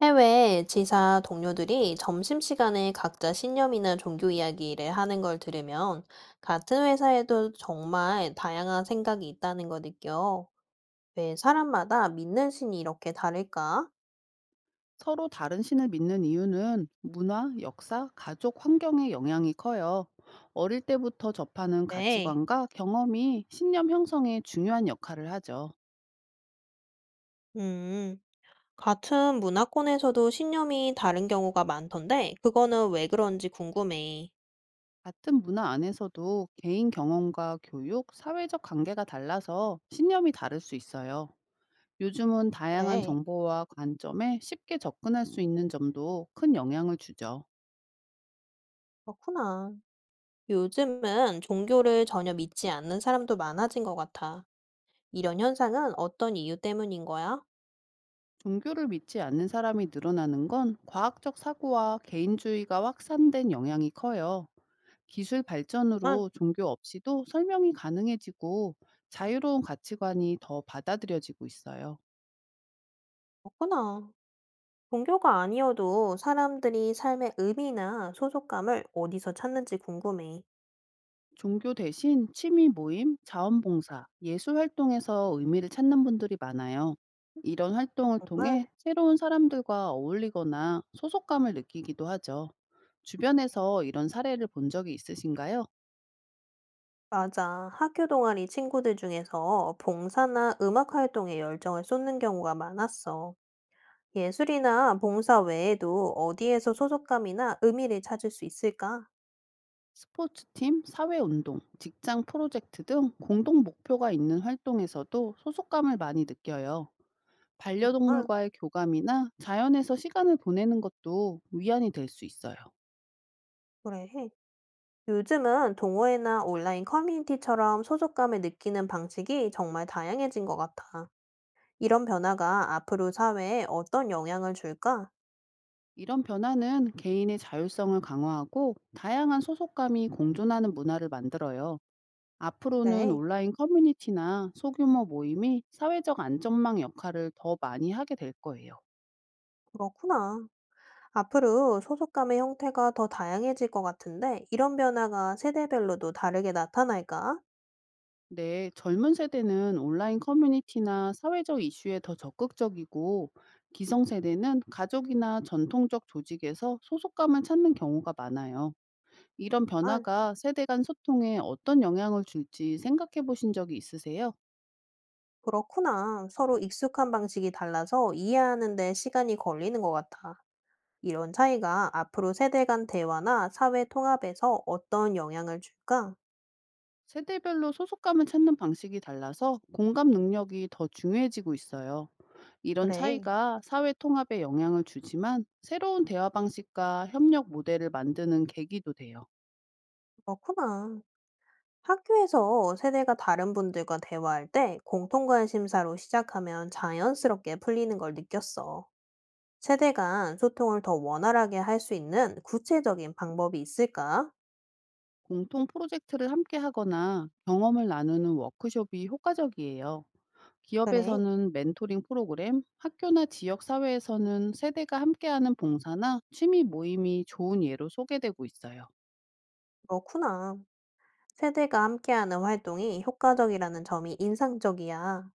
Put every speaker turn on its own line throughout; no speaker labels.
해외 지사 동료들이 점심시간에 각자 신념이나 종교 이야기를 하는 걸 들으면 같은 회사에도 정말 다양한 생각이 있다는 걸 느껴. 왜 사람마다 믿는 신이 이렇게 다를까?
서로 다른 신을 믿는 이유는 문화, 역사, 가족 환경의 영향이 커요. 어릴 때부터 접하는
네.
가치관과 경험이 신념 형성에 중요한 역할을 하죠.
음, 같은 문화권에서도 신념이 다른 경우가 많던데, 그거는 왜 그런지 궁금해.
같은 문화 안에서도 개인 경험과 교육, 사회적 관계가 달라서 신념이 다를 수 있어요. 요즘은 다양한
그래,
정보와 관점에 쉽게 접근할 수 있는 점도 큰 영향을 주죠.
그렇구나. 요즘은 종교를 전혀 믿지 않는 사람도 많아진 것 같아. 이런 현상은 어떤 이유 때문인 거야?
종교를 믿지 않는 사람이 늘어나는 건 과학적 사고와 개인주의가 확산된 영향이 커요. 기술 발전으로 종교 없이도 설명이 가능해지고 자유로운 가치관이 더 받아들여지고 있어요.
그렇구나. 종교가 아니어도 사람들이 삶의 의미나 소속감을 어디서 찾는지 궁금해.
종교 대신 취미 모임, 자원봉사, 예술 활동에서 의미를 찾는 분들이 많아요. 이런 활동을
정말?
통해 새로운 사람들과 어울리거나 소속감을 느끼기도 하죠. 주변에서 이런 사례를 본 적이 있으신가요?
맞아. 학교 동아리 친구들 중에서 봉사나 음악 활동에 열정을 쏟는 경우가 많았어. 예술이나 봉사 외에도 어디에서 소속감이나 의미를 찾을 수 있을까?
스포츠팀, 사회운동, 직장 프로젝트 등 공동 목표가 있는 활동에서도 소속감을 많이 느껴요.
정말?
반려동물과의 교감이나 자연에서 시간을 보내는 것도 위안이 될 수 있어요.
그래. 요즘은 동호회나 온라인 커뮤니티처럼 소속감을 느끼는 방식이 정말 다양해진 것 같아. 이런 변화가 앞으로 사회에 어떤 영향을 줄까?
이런 변화는 개인의 자율성을 강화하고 다양한 소속감이 공존하는 문화를 만들어요. 앞으로는
네,
온라인 커뮤니티나 소규모 모임이 사회적 안전망 역할을 더 많이 하게 될 거예요.
그렇구나. 앞으로 소속감의 형태가 더 다양해질 것 같은데, 이런 변화가 세대별로도 다르게 나타날까?
네, 젊은 세대는 온라인 커뮤니티나 사회적 이슈에 더 적극적이고, 기성세대는 가족이나 전통적 조직에서 소속감을 찾는 경우가 많아요. 이런
아,
변화가 세대 간 소통에 어떤 영향을 줄지 생각해 보신 적이 있으세요?
그렇구나. 서로 익숙한 방식이 달라서 이해하는데 시간이 걸리는 것 같아. 이런 차이가 앞으로 세대 간 대화나 사회 통합에서 어떤 영향을 줄까?
세대별로 소속감을 찾는 방식이 달라서 공감 능력이 더 중요해지고 있어요. 이런
그래,
차이가 사회 통합에 영향을 주지만, 새로운 대화 방식과 협력 모델을 만드는 계기도 돼요.
그렇구나. 학교에서 세대가 다른 분들과 대화할 때 공통 관심사로 시작하면 자연스럽게 풀리는 걸 느꼈어. 세대 간 소통을 더 원활하게 할 수 있는 구체적인 방법이 있을까?
공통 프로젝트를 함께 하거나 경험을 나누는 워크숍이 효과적이에요.
그래,
기업에서는 멘토링 프로그램, 학교나 지역 사회에서는 세대가 함께하는 봉사나 취미 모임이 좋은 예로 소개되고 있어요.
그렇구나. 세대가 함께하는 활동이 효과적이라는 점이 인상적이야.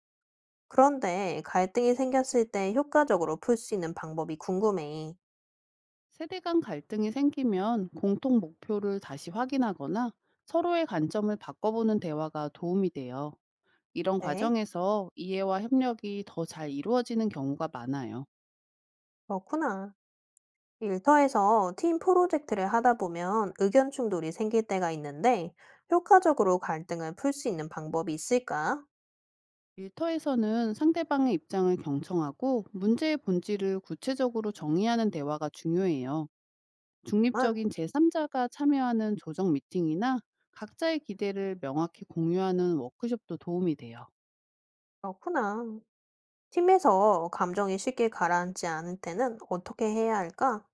그런데 갈등이 생겼을 때 효과적으로 풀 수 있는 방법이 궁금해.
세대 간 갈등이 생기면 공통 목표를 다시 확인하거나, 서로의 관점을 바꿔보는 대화가 도움이 돼요. 이런
네,
과정에서 이해와 협력이 더 잘 이루어지는 경우가 많아요.
그렇구나. 일터에서 팀 프로젝트를 하다 보면 의견 충돌이 생길 때가 있는데 효과적으로 갈등을 풀 수 있는 방법이 있을까?
일터에서는 상대방의 입장을 경청하고 문제의 본질을 구체적으로 정의하는 대화가 중요해요.
아,
중립적인 제3자가 참여하는 조정 미팅이나, 각자의 기대를 명확히 공유하는 워크숍도 도움이 돼요.
그렇구나. 팀에서 감정이 쉽게 가라앉지 않을 때는 어떻게 해야 할까?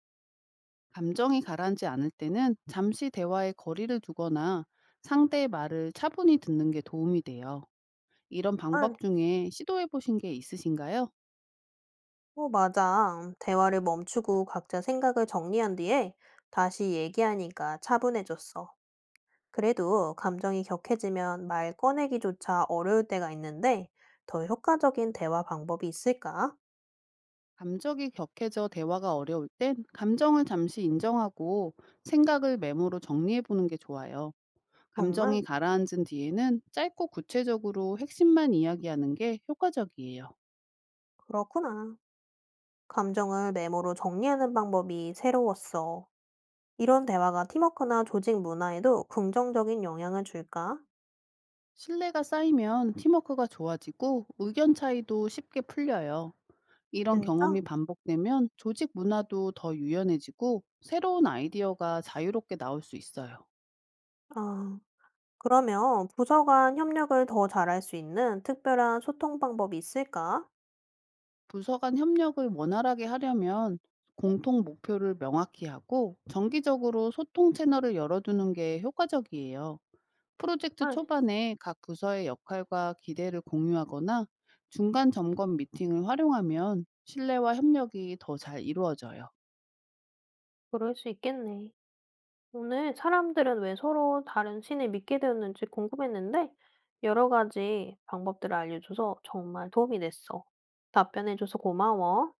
감정이 가라앉지 않을 때는 잠시 대화에 거리를 두거나, 상대의 말을 차분히 듣는 게 도움이 돼요. 이런
응,
방법 중에 시도해 보신 게 있으신가요?
맞아. 대화를 멈추고 각자 생각을 정리한 뒤에 다시 얘기하니까 차분해졌어. 그래도 감정이 격해지면 말 꺼내기조차 어려울 때가 있는데 더 효과적인 대화 방법이 있을까?
감정이 격해져 대화가 어려울 땐 감정을 잠시 인정하고, 생각을 메모로 정리해 보는 게 좋아요. 감정이
정말?
가라앉은 뒤에는 짧고 구체적으로 핵심만 이야기하는 게 효과적이에요.
그렇구나. 감정을 메모로 정리하는 방법이 새로웠어. 이런 대화가 팀워크나 조직 문화에도 긍정적인 영향을 줄까?
신뢰가 쌓이면 팀워크가 좋아지고 의견 차이도 쉽게 풀려요. 이런 경험이
진짜?
반복되면 조직 문화도 더 유연해지고, 새로운 아이디어가 자유롭게 나올 수 있어요.
아. 그러면 부서 간 협력을 더 잘할 수 있는 특별한 소통 방법이 있을까?
부서 간 협력을 원활하게 하려면, 공통 목표를 명확히 하고 정기적으로 소통 채널을 열어두는 게 효과적이에요. 프로젝트
아,
초반에 각 부서의 역할과 기대를 공유하거나, 중간 점검 미팅을 활용하면 신뢰와 협력이 더 잘 이루어져요.
그럴 수 있겠네. 오늘 사람들은 왜 서로 다른 신을 믿게 되었는지 궁금했는데, 여러 가지 방법들을 알려줘서 정말 도움이 됐어. 답변해줘서 고마워.